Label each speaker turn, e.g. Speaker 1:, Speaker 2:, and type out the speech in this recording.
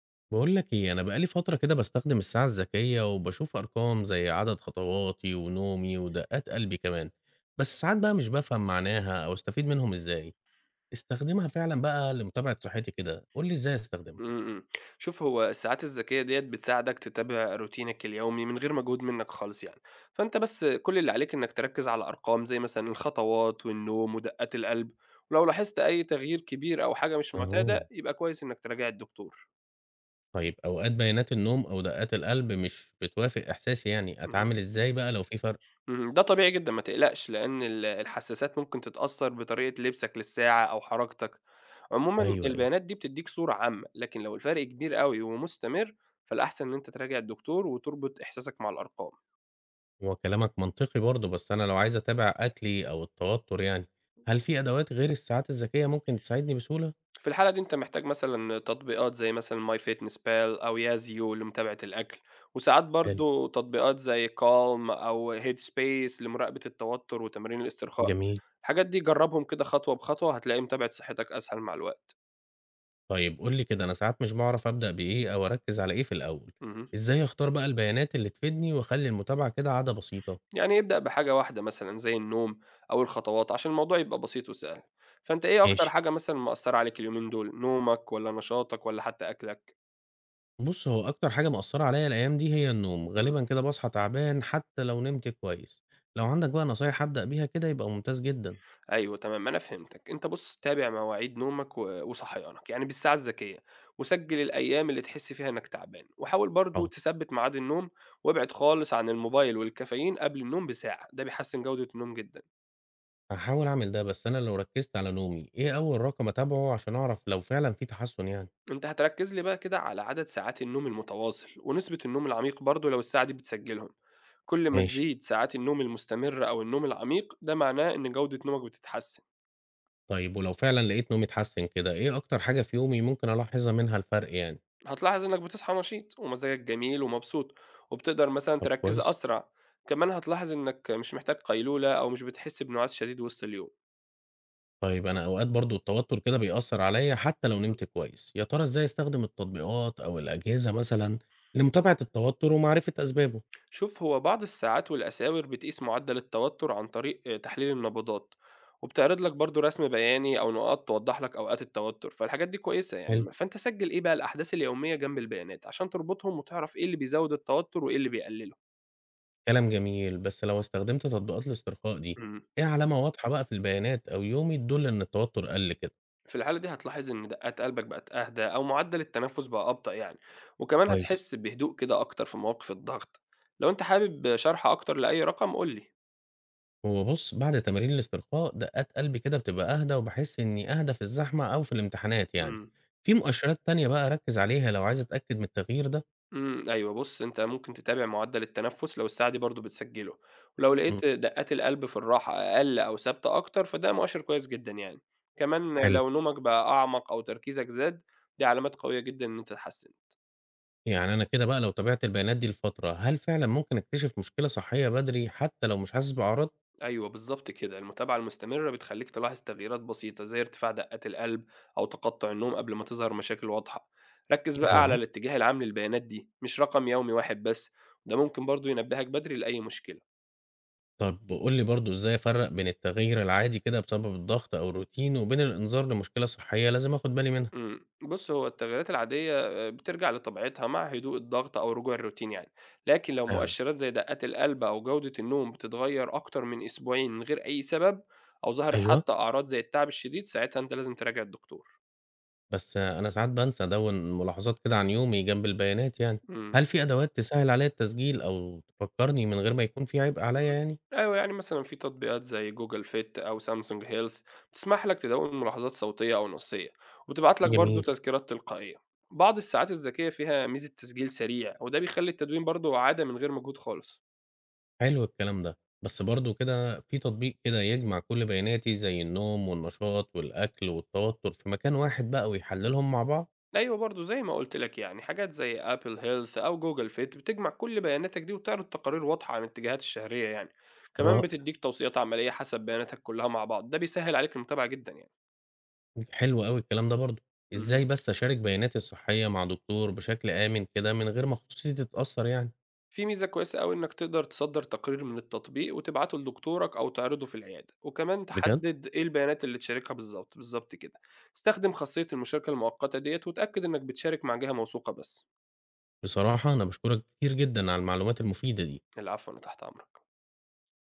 Speaker 1: بقول لك ايه، انا بقالي فتره كده بستخدم الساعه الذكيه وبشوف ارقام زي عدد خطواتي ونومي ودقات قلبي كمان. بس ساعات بقى مش بفهم معناها او استفيد منهم ازاي. استخدمها فعلا بقى لمتابعه صحتي كده، قول لي ازاي استخدمها.
Speaker 2: إمم، إمم. شوف هو الساعات الذكية ديّة بتساعدك تتابع روتينك اليومي من غير مجهود منك خالص يعني، فأنت بس كل اللي عليك إنك تركّز على أرقام زي مثلًا الخطوات والنوم ودقات القلب، ولو لاحظت أي تغيير كبير أو حاجة مش
Speaker 1: اها.
Speaker 2: معتادة يبقى كويس إنك تراجع الدكتور.
Speaker 1: طيب اوقات بيانات النوم او دقات القلب مش بتوافق احساسي، يعني
Speaker 2: اهم،
Speaker 1: اتعامل ازاي بقى لو في فرق؟
Speaker 2: اهم، ده طبيعي جدًا ما تقلقش، لأن الحساسات ممكن تتأثّر بطريقة لبسك للساعة أو حركتك. عمومًا
Speaker 1: ايوه ايوه.
Speaker 2: البيانات دي بتدّيك صورة عامة، لكن لو الفرق كبير أوي ومستمر، فالأحسن إن أنت تراجع الدكتور وتربط إحساسك مع الأرقام.
Speaker 1: هو كلامك منطقي برضه، بس انا لو عايز اتابع اكلي او التوتر يعني، هل في ادوات غير الساعات الذكيه ممكن تساعدني بسهوله؟
Speaker 2: في الحالة دي أنت محتاج مثلًا تطبيقات زي مثلًا MyFitnessPal أو يازيو لمتابعة الأكل، وساعات
Speaker 1: حلو.
Speaker 2: برضه تطبيقات زي Calm أو Headspace لمراقبة التوتر وتمارين الاسترخاء.
Speaker 1: جميل.
Speaker 2: الحاجات دي جرّبهم كده خطوة بخطوة، هتلاقي متابعة صحتك أسهل مع الوقت.
Speaker 1: طيب قُل لي كده، أنا ساعات مش باعرف أبدأ بإيه أو أركّز على إيه في الأول،
Speaker 2: اهم.
Speaker 1: إزاي أختار بقى البيانات اللي تفيدني وأخلّي المتابعة كده عادة بسيطة؟
Speaker 2: يعني ابدأ بحاجة واحدة مثلًا زي النوم أو الخطوات عشان الموضوع يبقى بسيط وسهل. فأنت إيه أكتر
Speaker 1: ماشي.
Speaker 2: حاجة مثلًا مأثّرة عليك اليومين دول، نومك والّا نشاطك والّا حتى أكلك؟
Speaker 1: بُص، هو أكتر حاجة مأثّرة عليّا الأيام دي هي النوم،
Speaker 2: إمم.
Speaker 1: غالبًا كده باصحى تعبان حتى لو نمت كويس، لو عندك بقى نصايح أبدأ بيها كده يبقى ممتاز جدًا.
Speaker 2: أيوه تمام، أنا فهمتك. أنت بُص، تابع مواعيد نومك و وصحيانك، يعني بالساعة الذكية، وسجّل الأيام اللي تحس فيها إنك تعبان، وحاول برضه
Speaker 1: حاضر.
Speaker 2: تثبّت ميعاد النوم، وابعد خالص عن الموبايل والكافيين قبل النوم بساعة، ده بيحسّن جودة النوم جدًا.
Speaker 1: هاحاول أعمل ده، بس أنا لو ركّزت على نومي، إيه أول رقم أتابعه عشان أعرف لو فعلًا في تحسُّن يعني؟
Speaker 2: أنت هتركّز لي بقى كده على عدد ساعات النوم المتواصل، ونسبة النوم العميق برضه لو الساعة دي بتسجّلهم، كل ما
Speaker 1: ماشي.
Speaker 2: تزيد ساعات النوم المستمرة أو النوم العميق، ده معناه إن جودة نومك بتتحسّن.
Speaker 1: طيب ولو فعلًا لقيت نومي اتحسّن كده، إيه أكتر حاجة في يومي ممكن ألاحظها منها الفرق يعني؟
Speaker 2: هتلاحظ إنك بتصحى نشيط ومزاجك جميل ومبسوط، وبتقدر مثلًا
Speaker 1: طب
Speaker 2: تركّز
Speaker 1: كويس.
Speaker 2: أسرع، كمان هتلاحظ إنك مش محتاج قيلولة أو مش بتحس بنُعاس شديد وسط اليوم.
Speaker 1: طيب أنا أوقات برضه التوتر كده بيأثر عليا حتى لو نمت كويس، يا ترى إزاي أستخدم التطبيقات أو الأجهزة مثلًا لمتابعة التوتر ومعرفة أسبابه؟
Speaker 2: شوف هو بعض الساعات والأساور بتقيس معدل التوتر عن طريق تحليل النبضات، وبتعرض لك برضه رسم بياني أو نقاط توضح لك أوقات التوتر، فالحاجات دي كويسة
Speaker 1: حلو.
Speaker 2: يعني، فأنت سجّل إيه بقى الأحداث اليومية جنب البيانات عشان تربطهم وتعرف إيه اللي بيزوّد التوتر وإيه اللي بيقلّله.
Speaker 1: كلام جميل، بس لو استخدمت تطبيقات الاسترخاء دي،
Speaker 2: إمم.
Speaker 1: إيه علامة واضحة بقى في البيانات أو يومي تدل إن التوتر قل كده؟
Speaker 2: في الحالة دي هتلاحظ إن دقات قلبك بقت أهدى أو معدل التنفس بقى أبطأ يعني، وكمان
Speaker 1: كويس.
Speaker 2: هتحس بهدوء كده أكتر في مواقف الضغط. لو أنت حابب شرح أكتر لأي رقم قُل لي.
Speaker 1: هو بُص، بعد تمارين الاسترخاء دقات قلبي كده بتبقى أهدى وباحس إني أهدى في الزحمة أو في الامتحانات يعني،
Speaker 2: إمم،
Speaker 1: في مؤشرات تانية بقى أركز عليها لو عايز أتأكد من التغيير ده؟
Speaker 2: إمم، أيوه، بُص أنت ممكن تتابع معدل التنفس لو الساعة دي برضه بتسجله، ولو
Speaker 1: إمم،
Speaker 2: لقيت دقات القلب في الراحة أقل أو ثابتة أكتر فده مؤشر كويس جدًا يعني، كمان
Speaker 1: حلو.
Speaker 2: لو نومك بقى أعمق أو تركيزك زاد دي علامات قوية جدًا إن أنت تتحسن.
Speaker 1: يعني أنا كده بقى لو تابعت البيانات دي لفترة، هل فعلًا ممكن أكتشف مشكلة صحية بدري حتى لو مش حاسس بأعراض؟
Speaker 2: أيوه بالضبط كده، المتابعة المستمرة بتخلّيك تلاحظ تغييرات بسيطة، زي ارتفاع دقات القلب أو تقطُّع النوم قبل ما تظهر مشاكل واضحة. ركّز بقى على
Speaker 1: ياه!
Speaker 2: الاتجاه العام للبيانات دي، مش رقم يومي واحد بس، وده ممكن برضه ينبّهك بدري لأي مشكلة.
Speaker 1: طب قُل لي برضه إزاي أفرّق بين التغيير العادي كده بسبب الضغط أو الروتين وبين الإنذار لمشكلة صحية لازم آخد بالي منها؟
Speaker 2: بُص هو التغييرات العادية بترجع لطبيعتها مع هدوء الضغط أو رجوع الروتين يعني، لكن لو
Speaker 1: فعلًا.
Speaker 2: مؤشرات زي دقات القلب أو جودة النوم بتتغير أكتر من أسبوعين من غير أي سبب، أو ظهرت
Speaker 1: أيوه.
Speaker 2: حتى أعراض زي التعب الشديد، ساعتها أنت لازم تراجع الدكتور.
Speaker 1: بس أنا ساعات بانسى أدوّن ملاحظات كده عن يومي جنب البيانات يعني،
Speaker 2: إمم.
Speaker 1: هل في أدوات تسهّل عليّا التسجيل أو تفكّرني من غير ما يكون في عبء عليّا
Speaker 2: إمم.
Speaker 1: يعني؟
Speaker 2: أيوه، يعني مثلًا في تطبيقات زي Google Fit أو Samsung Health بتسمح لك تدوّن ملاحظات صوتية أو نصية، وبتبعت لك برضه
Speaker 1: جميل.
Speaker 2: تذكيرات تلقائية. بعض الساعات الذكية فيها ميزة تسجيل سريع، وده بيخلّي التدوين برضه عادة من غير مجهود خالص.
Speaker 1: حلو الكلام ده، بس برضه كده في تطبيق كده يجمع كل بياناتي زي النوم والنشاط والأكل والتوتر في مكان واحد بقى ويحللهم مع بعض؟
Speaker 2: أيوه برضه زي ما قُلت لك يعني حاجات زي Apple Health أو Google Fit بتجمع كل بياناتك دي وتعرض تقارير واضحة عن الاتجاهات الشهرية يعني، كمان
Speaker 1: رائع.
Speaker 2: بتدّيك توصيات عملية حسب بياناتك كلها مع بعض، ده بيسهّل عليك المتابعة جدًا يعني.
Speaker 1: حلو أوي الكلام ده برضه،
Speaker 2: اهم.
Speaker 1: إزاي بس أشارك بياناتي الصحية مع دكتور بشكل آمن كده من غير ما خصوصيتي تتأثر يعني؟
Speaker 2: في ميزة كويسة أوي إنك تقدر تصدر تقرير من التطبيق وتبعته لدكتورك أو تعرضه في العيادة، وكمان
Speaker 1: بجد.
Speaker 2: تحدد إيه البيانات اللي تشاركها بالضبط، بالضبط كده. استخدم خاصية المشاركة المؤقتة ديّة وتأكد إنك بتشارك مع جهة موثوقة بس.
Speaker 1: بصراحة أنا بشكرك كتير جدا على المعلومات المفيدة دي.
Speaker 2: العفو، أنا تحت أمرك.